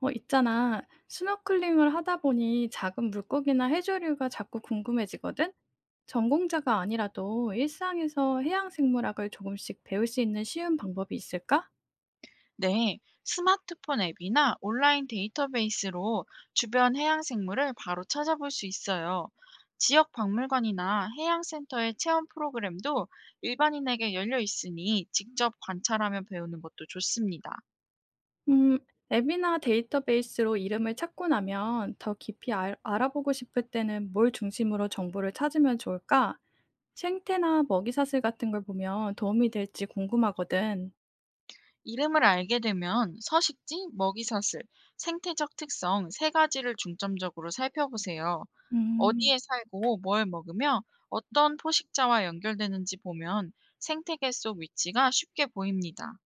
어, 있잖아. 스노클링을 하다 보니 작은 물고기나 해조류가 자꾸 궁금해지거든? 전공자가 아니라도 일상에서 해양 생물학을 조금씩 배울 수 있는 쉬운 방법이 있을까? 네, 스마트폰 앱이나 온라인 데이터베이스로 주변 해양 생물을 바로 찾아볼 수 있어요. 지역 박물관이나 해양센터의 체험 프로그램도 일반인에게 열려 있으니 직접 관찰하며 배우는 것도 좋습니다. 음, 앱이나 데이터베이스로 이름을 찾고 나면 더 깊이 알아보고 싶을 때는 뭘 중심으로 정보를 찾으면 좋을까? 생태나 먹이사슬 같은 걸 보면 도움이 될지 궁금하거든. 이름을 알게 되면 서식지, 먹이사슬, 생태적 특성 세 가지를 중점적으로 살펴보세요. 음. 어디에 살고 뭘 먹으며 어떤 포식자와 연결되는지 보면 생태계 속 위치가 쉽게 보입니다.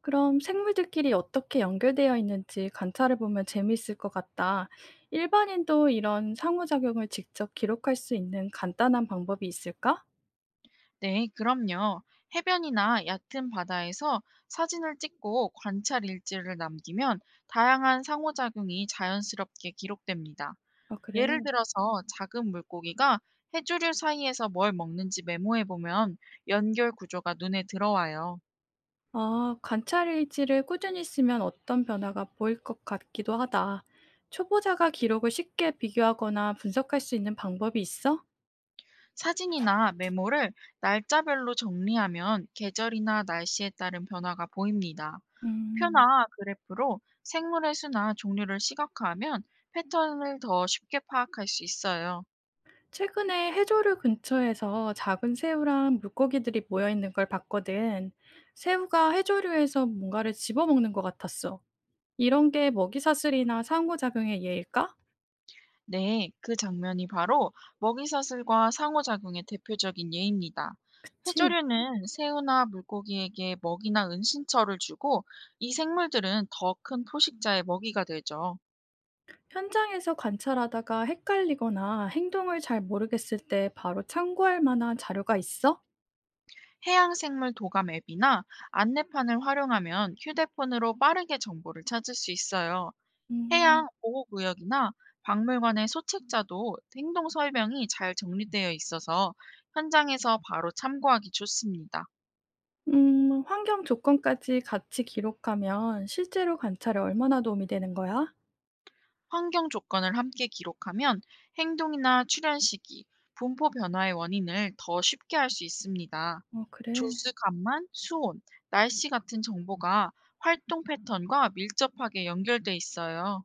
그럼 생물들끼리 어떻게 연결되어 있는지 관찰해 보면 재미있을 것 같다. 일반인도 이런 상호작용을 직접 기록할 수 있는 간단한 방법이 있을까? 네, 그럼요. 해변이나 얕은 바다에서 사진을 찍고 관찰 일지를 남기면 다양한 상호작용이 자연스럽게 기록됩니다. 아, 예를 그래. 들어서 작은 물고기가 해조류 사이에서 뭘 먹는지 메모해 보면 연결 구조가 눈에 들어와요. 아, 관찰 일지를 꾸준히 쓰면 어떤 변화가 보일 것 같기도 하다. 초보자가 기록을 쉽게 비교하거나 분석할 수 있는 방법이 있어? 사진이나 메모를 날짜별로 정리하면 계절이나 날씨에 따른 변화가 보입니다. 음, 표나 그래프로 생물의 수나 종류를 시각화하면 패턴을 더 쉽게 파악할 수 있어요. 최근에 해조류 근처에서 작은 새우랑 물고기들이 모여 있는 걸 봤거든. 새우가 해조류에서 뭔가를 집어먹는 것 같았어. 이런 게 먹이사슬이나 상호작용의 예일까? 네, 그 장면이 바로 먹이사슬과 상호작용의 대표적인 예입니다. 그치. 해조류는 새우나 물고기에게 먹이나 은신처를 주고 이 생물들은 더 큰 포식자의 먹이가 되죠. 현장에서 관찰하다가 헷갈리거나 행동을 잘 모르겠을 때 바로 참고할 만한 자료가 있어? 해양생물 도감 앱이나 안내판을 활용하면 휴대폰으로 빠르게 정보를 찾을 수 있어요. 음, 해양 보호 구역이나 박물관의 소책자도 행동 설명이 잘 정리되어 있어서 현장에서 바로 참고하기 좋습니다. 환경 조건까지 같이 기록하면 실제로 관찰에 얼마나 도움이 되는 거야? 환경 조건을 함께 기록하면 행동이나 출현 시기, 분포 변화의 원인을 더 쉽게 알 수 있습니다. 어, 그래. 조수간만, 수온, 날씨 같은 정보가 활동 패턴과 밀접하게 연결돼 있어요.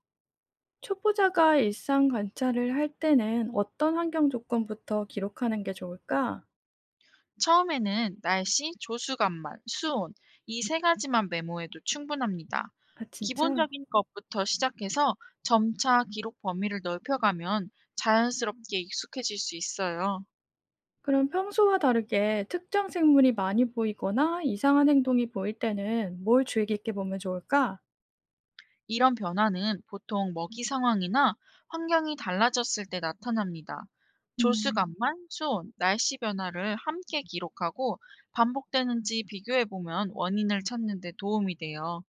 초보자가 일상 관찰을 할 때는 어떤 환경 조건부터 기록하는 게 좋을까? 처음에는 날씨, 조수간만, 수온, 이 세 가지만 메모해도 충분합니다. 아, 진짜? 기본적인 것부터 시작해서 점차 기록 범위를 넓혀가면 자연스럽게 익숙해질 수 있어요. 그럼 평소와 다르게 특정 생물이 많이 보이거나 이상한 행동이 보일 때는 뭘 주의 깊게 보면 좋을까? 이런 변화는 보통 먹이 상황이나 환경이 달라졌을 때 나타납니다. 음, 조수간만, 수온, 날씨 변화를 함께 기록하고 반복되는지 비교해보면 원인을 찾는 데 도움이 돼요.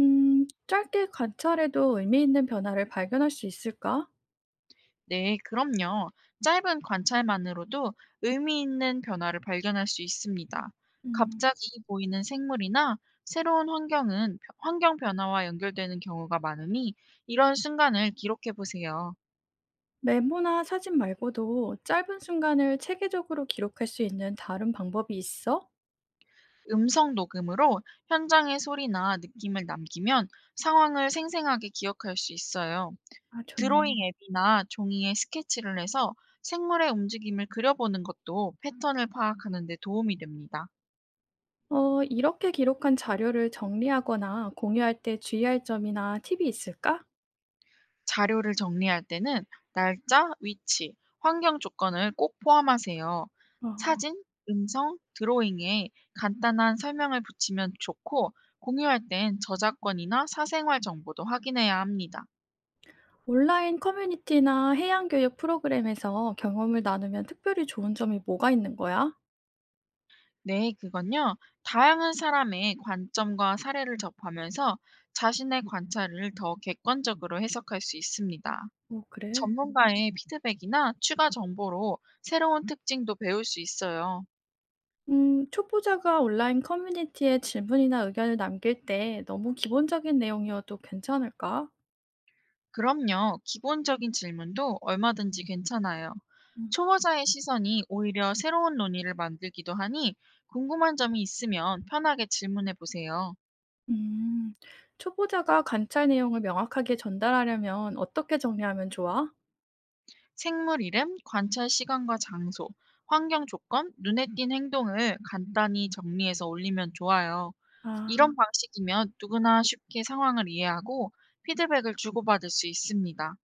짧게 관찰해도 의미 있는 변화를 발견할 수 있을까? 네, 그럼요. 짧은 관찰만으로도 의미 있는 변화를 발견할 수 있습니다. 음, 갑자기 보이는 생물이나 새로운 환경은 환경 변화와 연결되는 경우가 많으니 이런 순간을 기록해 보세요. 메모나 사진 말고도 짧은 순간을 체계적으로 기록할 수 있는 다른 방법이 있어? 음성 녹음으로 현장의 소리나 느낌을 남기면 상황을 생생하게 기억할 수 있어요. 아, 드로잉 좋네. 앱이나 종이에 스케치를 해서 생물의 움직임을 그려보는 것도 패턴을 파악하는 데 도움이 됩니다. 어, 이렇게 기록한 자료를 정리하거나 공유할 때 주의할 점이나 팁이 있을까? 자료를 정리할 때는 날짜, 위치, 환경 조건을 꼭 포함하세요. 어. 사진, 음성, 드로잉에 간단한 설명을 붙이면 좋고 공유할 땐 저작권이나 사생활 정보도 확인해야 합니다. 온라인 커뮤니티나 해양 교육 프로그램에서 경험을 나누면 특별히 좋은 점이 뭐가 있는 거야? 네, 그건요. 다양한 사람의 관점과 사례를 접하면서 자신의 관찰을 더 객관적으로 해석할 수 있습니다. 어, 그래. 전문가의 피드백이나 추가 정보로 새로운 특징도 배울 수 있어요. 초보자가 온라인 커뮤니티에 질문이나 의견을 남길 때 너무 기본적인 내용이어도 괜찮을까? 그럼요. 기본적인 질문도 얼마든지 괜찮아요. 음, 초보자의 시선이 오히려 새로운 논의를 만들기도 하니 궁금한 점이 있으면 편하게 질문해 보세요. 음, 초보자가 관찰 내용을 명확하게 전달하려면 어떻게 정리하면 좋아? 생물 이름, 관찰 시간과 장소, 환경 조건, 눈에 띈 행동을 간단히 정리해서 올리면 좋아요. 아. 이런 방식이면 누구나 쉽게 상황을 이해하고 피드백을 주고받을 수 있습니다.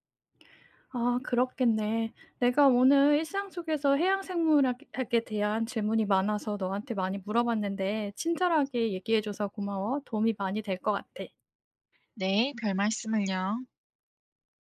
아 그렇겠네. 내가 오늘 일상 속에서 해양 생물학 에 대한 질문이 많아서 너한테 많이 물어봤는데 친절하게 얘기해 줘서 고마워. 도움이 많이 될 것 같아. 네, 별 말씀을요.